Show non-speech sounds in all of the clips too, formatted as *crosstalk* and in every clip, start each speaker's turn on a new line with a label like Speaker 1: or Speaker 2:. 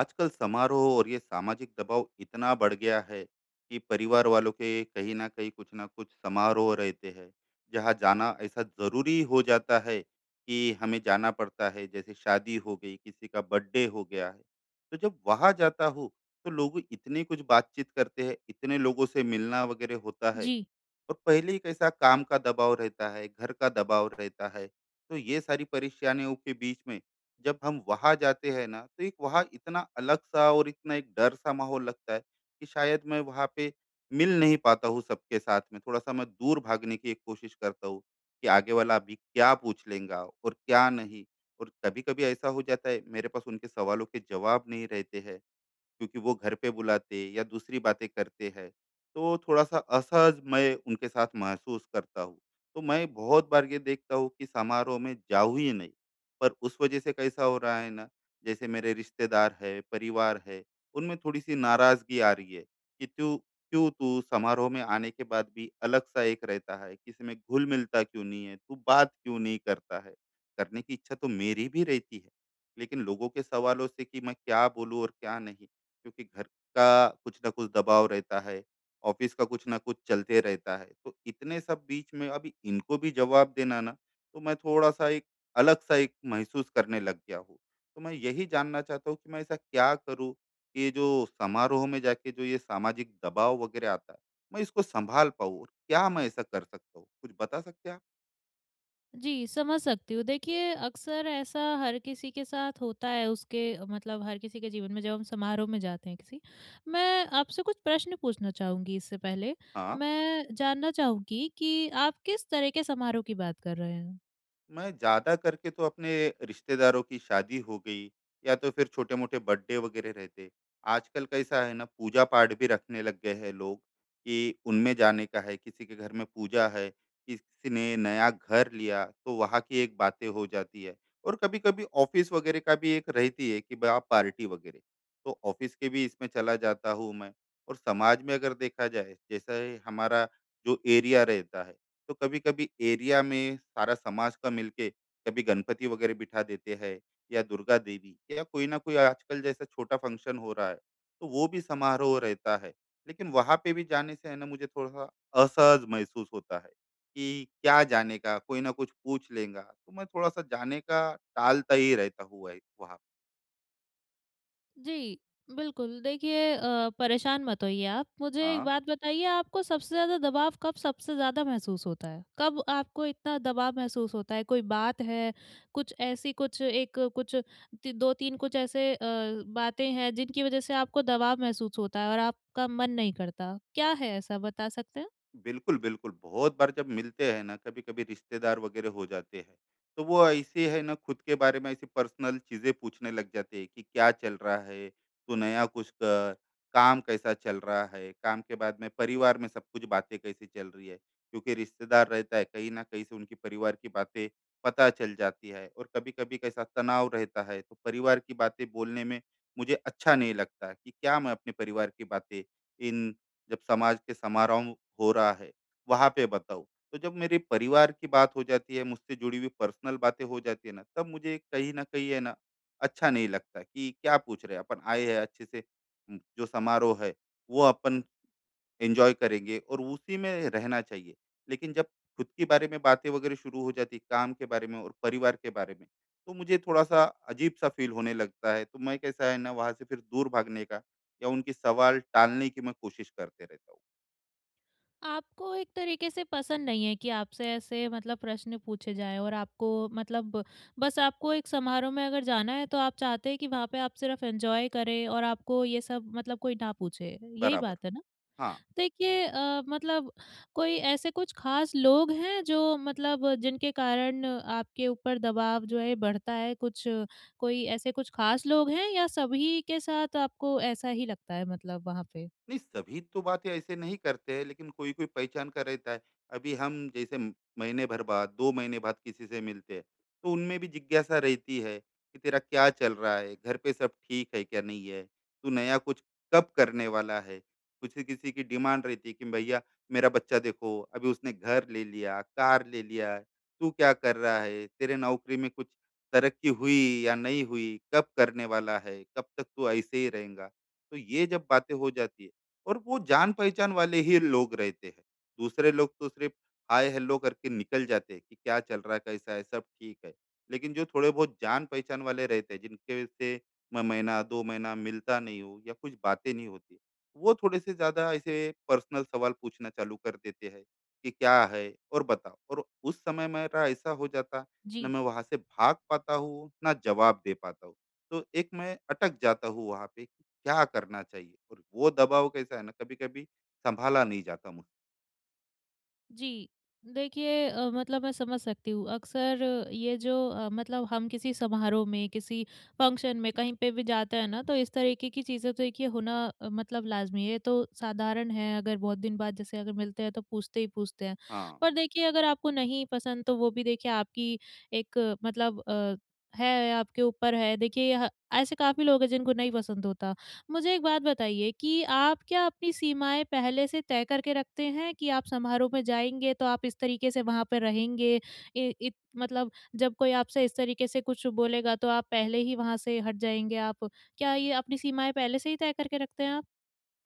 Speaker 1: आजकल समारोह और ये सामाजिक दबाव इतना बढ़ गया है कि परिवार वालों के कहीं ना कहीं कुछ ना कुछ समारोह रहते हैं। जहाँ जाना ऐसा जरूरी हो जाता है कि हमें जाना पड़ता है, जैसे शादी हो गई, किसी का बर्थडे हो गया है। तो जब वहाँ जाता हूँ तो लोग इतनी कुछ बातचीत करते हैं, इतने लोगों से मिलना वगैरह होता है।
Speaker 2: जी,
Speaker 1: और पहले ही कैसा काम का दबाव रहता है, घर का दबाव रहता है। तो ये सारी परेशानियों के बीच में जब हम वहाँ जाते हैं ना, तो एक वहाँ इतना अलग सा और इतना एक डर सा माहौल लगता है कि शायद मैं वहाँ पे मिल नहीं पाता हूँ सबके साथ में। थोड़ा सा मैं दूर भागने की एक कोशिश करता हूँ कि आगे वाला अभी क्या पूछ लेगा और क्या नहीं। और कभी कभी ऐसा हो जाता है मेरे पास उनके सवालों के जवाब नहीं रहते हैं, क्योंकि वो घर पे बुलाते या दूसरी बातें करते हैं। तो थोड़ा-सा असहज मैं उनके साथ महसूस करता हूँ। तो मैं बहुत बार ये देखता हूँ कि समारोह में जाऊँ ही नहीं, पर उस वजह से कैसा हो रहा है ना, जैसे मेरे रिश्तेदार है, परिवार है, उनमें थोड़ी-सी नाराज़गी आ रही है कि तू क्यों तू समारोह में आने के बाद भी अलग-सा एक रहता है, किसी में घुल-मिलता क्यों नहीं है, तू बात क्यों नहीं करता है? करने की इच्छा तो मेरी भी रहती है, लेकिन लोगों के सवालों से कि मैं क्या बोलूँ और क्या नहीं, क्योंकि घर का कुछ ना कुछ दबाव रहता है, ऑफ़िस का कुछ ना कुछ चलते रहता है। तो इतने सब बीच में अभी इनको भी जवाब देना ना, तो मैं थोड़ा-सा एक अलग-सा एक महसूस करने लग गया हूँ। तो मैं यही जानना चाहता हूँ कि मैं ऐसा क्या करूँ कि ये जो समारोह में जाके जो ये सामाजिक दबाव वगैरह आता है, मैं इसको सँभाल पाऊँ। और क्या मैं ऐसा कर सकता हूँ? कुछ बता सकते हैं आप?
Speaker 2: जी, समझ सकती हूँ। देखिए, अक्सर ऐसा हर किसी के साथ होता है उसके मतलब हर किसी के जीवन में जब हम समारोह में जाते हैं किसी। मैं आपसे कुछ प्रश्न पूछना चाहूँगी इससे पहले।
Speaker 1: हाँ।
Speaker 2: मैं जानना चाहूँगी कि आप किस तरह के समारोह की बात कर रहे हैं?
Speaker 1: मैं ज़्यादा करके तो अपने रिश्तेदारों की शादी हो गई या तो फिर छोटे-मोटे बर्थडे वगैरह रहते। आजकल कैसा है ना, पूजा पाठ भी रखने लग गए हैं लोग कि उनमें जाने का है, किसी के घर में पूजा है, किसी ने नया घर लिया तो वहाँ की एक बातें हो जाती है। और कभी-कभी ऑफ़िस वगैरह का भी एक रहती है कि बा पार्टी वगैरह, तो ऑफ़िस के भी इसमें चला जाता हूँ मैं। और समाज में अगर देखा जाए, जैसे हमारा जो एरिया रहता है, तो कभी कभी एरिया में सारा समाज का मिलके कभी गणपति वगैरह बिठा देते हैं या दुर्गा देवी या कोई ना कोई, आजकल जैसा छोटा फंक्शन हो रहा है, तो वो भी समारोह रहता है। लेकिन वहां पे भी जाने से है ना, मुझे थोड़ा सा असहज महसूस होता है कि क्या जाने का कोई ना कुछ पूछ लेगा, तो मैं थोड़ा सा जाने का टालता ही रहता हुआ है वहाँ।
Speaker 2: जी, बिल्कुल। देखिए परेशान मत होइए आप। मुझे एक
Speaker 1: हाँ।
Speaker 2: बात बताइए, आपको सबसे ज़्यादा दबाव कब सबसे ज़्यादा महसूस होता है? कब आपको इतना दबाव महसूस होता है? कोई बात है, कुछ ऐसी कुछ एक कुछ ति 2-3 कुछ ऐसे बातें हैं जिनकी वज़ह से आपको दबाव महसूस होता है और आपका मन नहीं करता? क्या है ऐसा, बता सकते हैं?
Speaker 1: बिल्कुल, बिल्कुल। बहुत बार जब मिलते हैं ना, कभी-कभी रिश्तेदार वगैरह हो जाते हैं, तो वो ऐसे है ना खुद के बारे में ऐसी पर्सनल चीज़ें पूछने लग जाते हैं कि क्या चल रहा है? तू नया कुछ कर, काम कैसा चल रहा है? काम के बाद में परिवार में सब कुछ बातें कैसी चल रही है? क्योंकि रिश्तेदार रहता है, कहीं न कहीं से उनकी परिवार की बातें पता चल जाती है। और कभी-कभी कैसा तनाव रहता है, तो परिवार की बातें बोलने में मुझे अच्छा नहीं लगता कि क्या मैं अपने परिवार की बातें इन, जब समाज के समारोह हो रहा है, वहाँ पे बताऊँ। तो जब मेरे परिवार की बात हो जाती है, मुझसे जुड़ी हुई पर्सनल बातें हो जाती है ना, तब मुझे कहीं ना कहीं है ना अच्छा नहीं लगता कि क्या पूछ रहे हैं, अपन आए हैं अच्छे से जो समारोह है वो अपन एंजॉय करेंगे और उसी में रहना चाहिए। लेकिन जब खुद के बारे में बातें वगैरह शुरू हो जाती, काम के बारे में और परिवार के बारे में, तो मुझे थोड़ा सा अजीब सा फील होने लगता है। तो मैं कैसा है ना, वहाँ से फिर दूर भागने का या उनके सवाल टालने की मैं कोशिश करते रहता हूँ।
Speaker 2: आपको एक तरीके से पसंद नहीं है कि आपसे ऐसे मतलब प्रश्न पूछे जाएँ, और आपको मतलब बस आपको एक समारोह में अगर जाना है तो आप चाहते हैं कि वहाँ पे आप सिर्फ एन्जॉय करें और आपको ये सब मतलब कोई ना पूछे, यही
Speaker 1: बराबर।
Speaker 2: बात है ना?
Speaker 1: हां।
Speaker 2: देखिए मतलब कोई ऐसे कुछ ख़ास लोग हैं जो मतलब जिनके कारण आपके ऊपर दबाव जो है बढ़ता है कुछ कोई ऐसे कुछ ख़ास लोग हैं, या सभी के साथ आपको ऐसा ही लगता है मतलब वहाँ पे?
Speaker 1: नहीं, सभी तो बातें ऐसे नहीं करते हैं, लेकिन कोई कोई पहचान का रहता है। अभी हम जैसे महीने भर बाद, 2 महीने बाद किसी से मिलते हैं, तो उनमें भी जिज्ञासा रहती है कि तेरा क्या चल रहा है, घर पे सब ठीक है क्या नहीं है, तू नया कुछ कब करने वाला है। कुछ किसी की डिमांड रहती है कि भैया मेरा बच्चा देखो, अभी उसने घर ले लिया, कार ले लिया है, तू क्या कर रहा है, तेरे नौकरी में कुछ तरक्की हुई या नहीं हुई, कब करने वाला है, कब तक तू ऐसे ही रहेगा। तो ये जब बातें हो जाती है, और वो जान पहचान वाले ही लोग रहते हैं, दूसरे लोग तो सिर्फ हाय हेलो करके निकल जाते हैं कि क्या चल रहा है, कैसा है, सब ठीक है। लेकिन जो थोड़े बहुत जान पहचान वाले रहते हैं, जिनके से मैं महीना 2 महीना मिलता नहीं हूँ या कुछ बातें नहीं होती, वो थोड़े से ज्यादा ऐसे पर्सनल सवाल पूछना चालू कर देते हैं कि क्या है, और बताओ और। उस समय मेरा ऐसा हो जाता ना,
Speaker 2: जी।
Speaker 1: मैं वहां से भाग पाता हूँ ना जवाब दे पाता हूँ, तो एक मैं अटक जाता हूँ वहां पे, क्या करना चाहिए? और वो दबाव कैसा है ना, कभी-कभी सँभाला नहीं जाता मुझ।
Speaker 2: जी। देखिए मतलब मैं समझ सकती हूँ। अक्सर ये जो मतलब हम किसी समारोह में, किसी फंक्शन में, कहीं पे भी जाते हैं ना, तो इस तरीके की चीज़ें तो देखिए होना मतलब लाज़मी है। ये तो साधारण है, अगर बहुत दिन बाद जैसे अगर मिलते हैं तो पूछते ही पूछते हैं।
Speaker 1: हाँ।
Speaker 2: पर देखिए अगर आपको नहीं पसंद तो वो भी देखिए आपकी एक मतलब है, आपके ऊपर है। देखिए ह ऐसे काफ़ी लोग हैं जिनको नहीं पसंद होता। मुझे एक बात बताइए कि आप क्या अपनी सीमाएँ पहले से तय करके रखते हैं कि आप समारोह में जाएँगे तो आप इस तरीके से वहाँ पे रहेंगे? इ इत मतलब जब कोई आपसे इस तरीके से कुछ बोलेगा तो आप पहले ही वहाँ से हट जाएँगे आप? क्या ये अपनी सीमाएँ पहले से ही तय करके रखते हैं आप?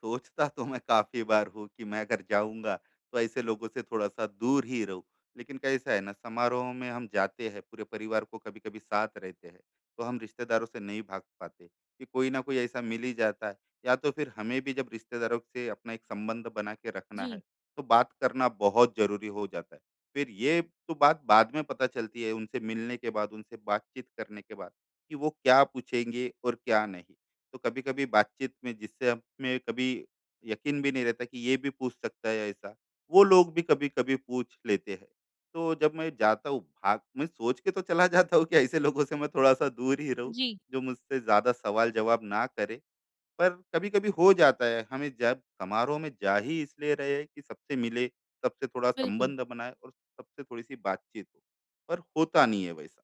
Speaker 1: सोचता तो मैं काफ़ी बार हूँ कि मैं अगर जाऊँगा, तो ऐसे लोगों से थोड़ा-सा दूर ही रहूँ। लेकिन कैसा है ना, समारोह में हम जाते हैं, पूरे परिवार को कभी-कभी साथ रहते हैं, तो हम रिश्तेदारों से नहीं भाग पाते कि कोई ना कोई ऐसा मिल ही जाता है। या तो फिर हमें भी जब रिश्तेदारों से अपना एक संबंध बना के रखना है,
Speaker 2: जी,
Speaker 1: तो बात करना बहुत ज़रूरी हो जाता है। फिर ये तो बात बाद में पता चलती है, उनसे मिलने के बाद, उनसे बातचीत करने के बाद कि वो क्या पूछेंगे और क्या नहीं। तो कभी-कभी बातचीत में जिससे हमें कभी यकीन भी नहीं रहता कि ये भी पूछ सकता है ऐसा, वो लोग भी कभी-कभी पूछ लेते हैं। तो जब मैं जाता हूँ, भाग मैं सोच के तो चला जाता हूँ कि ऐसे लोगों से मैं थोड़ा-सा दूर ही रहूँ,
Speaker 2: जी,
Speaker 1: जो मुझसे ज़्यादा सवाल-जवाब ना करे। पर कभी-कभी हो जाता है, हमें जब समारोह में जा ही इसलिए रहे हैं कि सबसे मिले, सबसे थोड़ा
Speaker 2: बिल्कुल।
Speaker 1: संबंध बनाए और सबसे थोड़ी-सी बातचीत हो, पर होता नहीं है वैसा।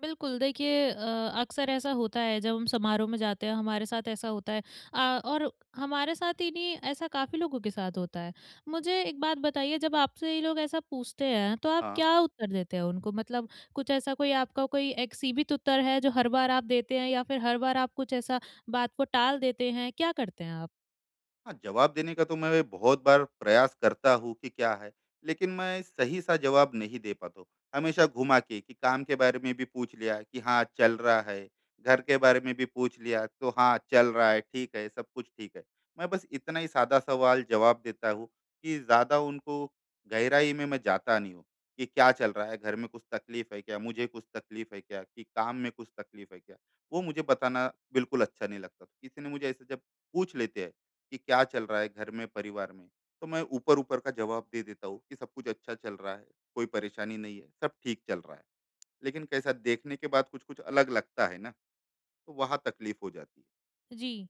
Speaker 2: बिल्कुल, देखिए अक्सर ऐसा होता है जब हम समारोह में जाते हैं, हमारे साथ ऐसा होता है और हमारे साथ ही नहीं, ऐसा काफ़ी लोगों के साथ होता है। मुझे एक बात बताइए, जब आपसे ये लोग ऐसा पूछते हैं, तो आप
Speaker 1: हाँ।
Speaker 2: क्या उत्तर देते हैं उनको? मतलब कुछ ऐसा कोई आपका कोई एक सीमित उत्तर है जो हर बार आप देते हैं, या फिर हर बार आप कुछ ऐसा बात को टाल देते हैं, क्या करते हैं आप?
Speaker 1: हाँ, जवाब देने का तो मैं बहुत बार प्रयास करता हूँ कि क्या है, लेकिन मैं सही सा जवाब नहीं दे पाता हूँ। हमेशा घुमा के कि काम के बारे में भी पूछ लिया कि हाँ, चल रहा है, घर के बारे में भी पूछ लिया तो हाँ, चल रहा है, ठीक है, सब कुछ ठीक है। मैं बस इतना ही सादा सवाल जवाब देता हूँ कि ज़्यादा उनको गहराई में मैं जाता नहीं हूँ कि क्या चल रहा है, घर में कुछ तकलीफ है क्या, मुझे कुछ तकलीफ है क्या, कि काम में कुछ तकलीफ है क्या? वो मुझे बताना बिल्कुल अच्छा नहीं लगता। किसी ने मुझे ऐसे जब पूछ लेते हैं कि क्या चल रहा है घर में, परिवार में, तो मैं ऊपर ऊपर का जवाब दे देता हूँ कि सब कुछ अच्छा चल रहा है, कोई परेशानी नहीं है, सब ठीक चल रहा है। लेकिन कैसा देखने के बाद कुछ कुछ अलग लगता है ना, तो वहाँ तकलीफ हो जाती है।
Speaker 2: जी।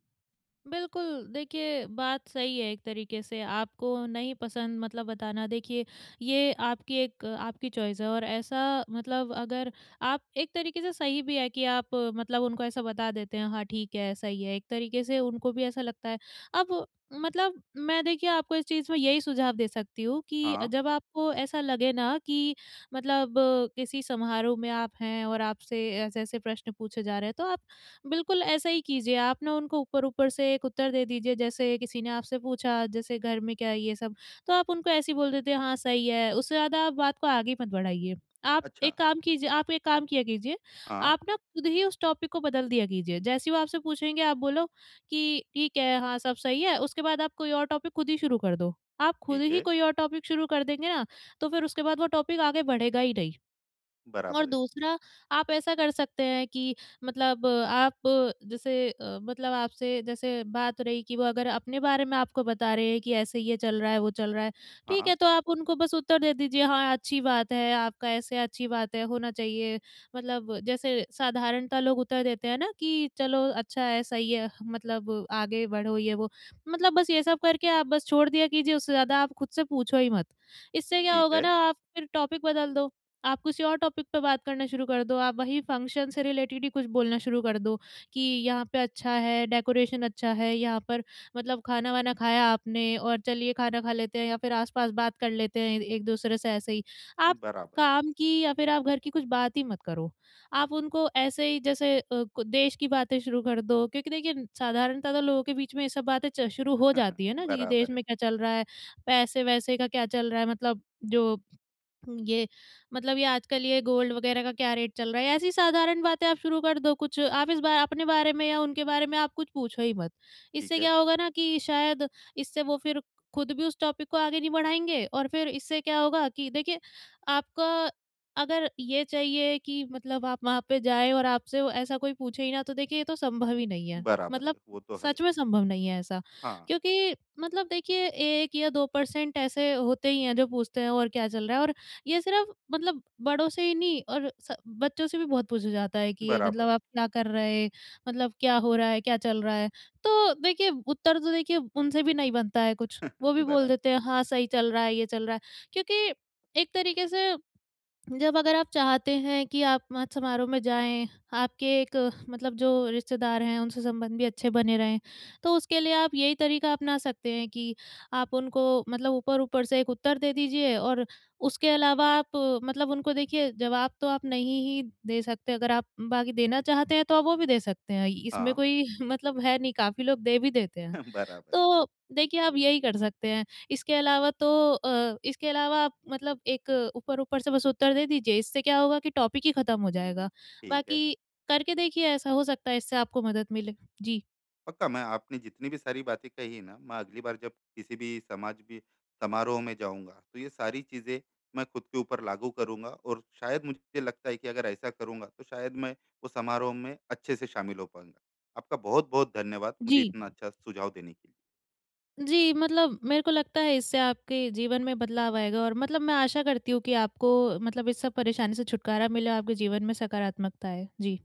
Speaker 2: बिल्कुल, देखिए बात सही है एक तरीके से, आपको नहीं पसंद मतलब बताना। देखिए ये आपकी चॉइस है, और ऐसा मतलब अगर आप एक तरीके से सही भी है कि आप मतलब उनको ऐसा बता देते हैं, हाँ, ठीक है, सही है, एक तरीके से उनको भी ऐसा लगता है। अब मतलब मैं देखिए आपको इस चीज़ में यही सुझाव दे सकती हूँ कि
Speaker 1: हाँ।
Speaker 2: जब आपको ऐसा लगे ना कि मतलब किसी समारोह में आप हैं और आपसे ऐसे-ऐसे प्रश्न पूछे जा रहे हैं, तो आप बिल्कुल ऐसा ही कीजिए, आप ना उनको ऊपर-ऊपर से एक उत्तर दे दीजिए, जैसे किसी ने आपसे पूछा जैसे घर में क्या है ये सब, तो आप उनको ऐसे ही बोल देते हैं हाँ, सही है, उससे ज़्यादा आप बात को आगे मत बढ़ाइए।
Speaker 1: अच्छा।
Speaker 2: आप एक काम किया कीजिए,
Speaker 1: हाँ।
Speaker 2: आप ना खुद ही उस टॉपिक को बदल दिया कीजिए, जैसे ही वो आपसे पूछेंगे आप बोलो कि ठीक है, हाँ, सब सही है, उसके बाद आप कोई और टॉपिक खुद ही शुरू कर दो। आप खुद
Speaker 1: ठीक
Speaker 2: ही
Speaker 1: है।
Speaker 2: कोई और टॉपिक शुरू कर देंगे ना, तो फिर उसके बाद वो टॉपिक आगे बढ़ेगा ही नहीं। और
Speaker 1: बराबर है।
Speaker 2: दूसरा आप ऐसा कर सकते हैं कि मतलब आप जैसे मतलब आपसे जैसे बात रही कि वो अगर अपने बारे में आपको बता रहे हैं कि ऐसे ये चल रहा है, वो चल रहा है, ठीक
Speaker 1: हाँ।
Speaker 2: है, तो आप उनको बस उत्तर दे दीजिए, हाँ, अच्छी बात है, आपका ऐसे अच्छी बात है, होना चाहिए। मतलब जैसे साधारणतः लोग उत्तर देते हैं ना कि चलो अच्छा है, सही है, मतलब आगे बढ़ो ये वो। मतलब बस ये सब करके आप बस छोड़ दिया कीजिए, उससे ज़्यादा आप खुद से पूछो ही मत। इससे क्या
Speaker 1: ठीक
Speaker 2: होगा
Speaker 1: है।
Speaker 2: ना, आप फिर टॉपिक बदल दो। आप किसी और टॉपिक पे बात करना शुरू कर दो, आप वही फ़ंक्शन से रिलेटेड ही कुछ बोलना शुरू कर दो कि यहाँ पे अच्छा है, डेकोरेशन अच्छा है, यहाँ पर मतलब खाना-वाना खाया आपने, और चलिए खाना खा लेते हैं या फिर आस-पास बात कर लेते हैं एक-दूसरे से ऐसे ही। आप
Speaker 1: बराबर।
Speaker 2: काम की या फिर आप घर की कुछ बात ही मत करो। आप उनको ऐसे ही जैसे अ, कु देश की बातें शुरू कर दो, क्योंकि देखिए साधारणतः तो लोगों के बीच में ये सब बातें च शुरू हो
Speaker 1: *laughs*
Speaker 2: जाती है ना जी, देश
Speaker 1: बराबर है।
Speaker 2: में क्या चल रहा है, पैसे-वैसे का क्या चल रहा है, मतलब जो ये मतलब ये आजकल ये गोल्ड वगैरह का क्या रेट चल रहा है, ऐसी साधारण बातें आप शुरू कर दो कुछ। आप इस बार अपने बारे में या उनके बारे में आप कुछ पूछो ही मत।
Speaker 1: ठीक
Speaker 2: इससे
Speaker 1: है।
Speaker 2: क्या होगा ना कि शायद इससे वो फिर खुद भी उस टॉपिक को आगे नहीं बढ़ाएँगे, और फिर इससे क्या होगा कि देखिए आपका अगर ये चाहिए कि मतलब आप वहाँ पे जाएँ और आपसे वो ऐसा कोई पूछे ही ना, तो देखिए ये तो संभव ही नहीं है।
Speaker 1: बराबर
Speaker 2: मतलब
Speaker 1: है, वो तो है।
Speaker 2: सच में संभव नहीं है ऐसा।
Speaker 1: हाँ।
Speaker 2: क्योंकि मतलब देखिए, 1 या 2% ऐसे होते ही हैं जो पूछते हैं और क्या चल रहा है, और ये सिर्फ़ मतलब बड़ों से ही नहीं, और स बच्चों से भी बहुत पूछा जाता है कि ये
Speaker 1: बराबर।
Speaker 2: मतलब आप क्या कर रहे? मतलब क्या हो रहा है? क्या चल रहा है? तो देखिए उत्तर तो देखिए उनसे भी नहीं बनता है कुछ,
Speaker 1: *laughs*
Speaker 2: वो भी बोल
Speaker 1: बराबर।
Speaker 2: देते हैं हाँ, सही चल रहा है, ये चल रहा है। क्योंकि एक तरीके से, जब अगर आप चाहते हैं कि आप मत समारोह में जाएँ, आपके एक मतलब जो रिश्तेदार हैं, उनसे संबंध भी अच्छे बने रहें, तो उसके लिए आप यही तरीका अपना सकते हैं कि आप उनको मतलब ऊपर-ऊपर से एक उत्तर दे दीजिए, और उसके अलावा आप मतलब उनको देखिए जवाब तो आप नहीं ही दे सकते, अगर आप बाकी देना चाहते हैं तो आप वो भी दे सकते हैं। इसमें
Speaker 1: हाँ।
Speaker 2: कोई *laughs* मतलब है नहीं, काफ़ी लोग दे भी देते हैं।
Speaker 1: *laughs* बराबर।
Speaker 2: तो देखिए आप यही कर सकते हैं। इसके अलावा तो इसके अलावा आप मतलब एक ऊपर-ऊपर से बस उत्तर दे दीजिए, इससे क्या होगा कि टॉपिक ही खत्म हो जाएगा।
Speaker 1: ठीक है।
Speaker 2: बाकी करके देखिए, ऐसा हो सकता है इससे आपको मदद मिले। जी।
Speaker 1: पक्का, मैं आपने जितनी भी सारी बातें कही है ना, मैं अगली बार जब किसी भी समाज भी समारोह में जाऊंगा, तो ये सारी चीजें मैं खुद के ऊपर लागू करूंगा। और शायद मुझे लगता है कि अगर ऐसा करूंगा तो शायद मैं उस समारोह में अच्छे से शामिल हो पाऊंगा। आपका बहुत बहुत धन्यवाद मुझे
Speaker 2: जी।
Speaker 1: इतना अच्छा सुझाव देने के लिए।
Speaker 2: जी, मतलब मेरे को लगता है इससे आपके जीवन में बदलाव आएगा, और मतलब मैं आशा करती हूँ कि आपको मतलब इस सब परेशानी से छुटकारा मिले और आपके जीवन में सकारात्मकता आए। जी।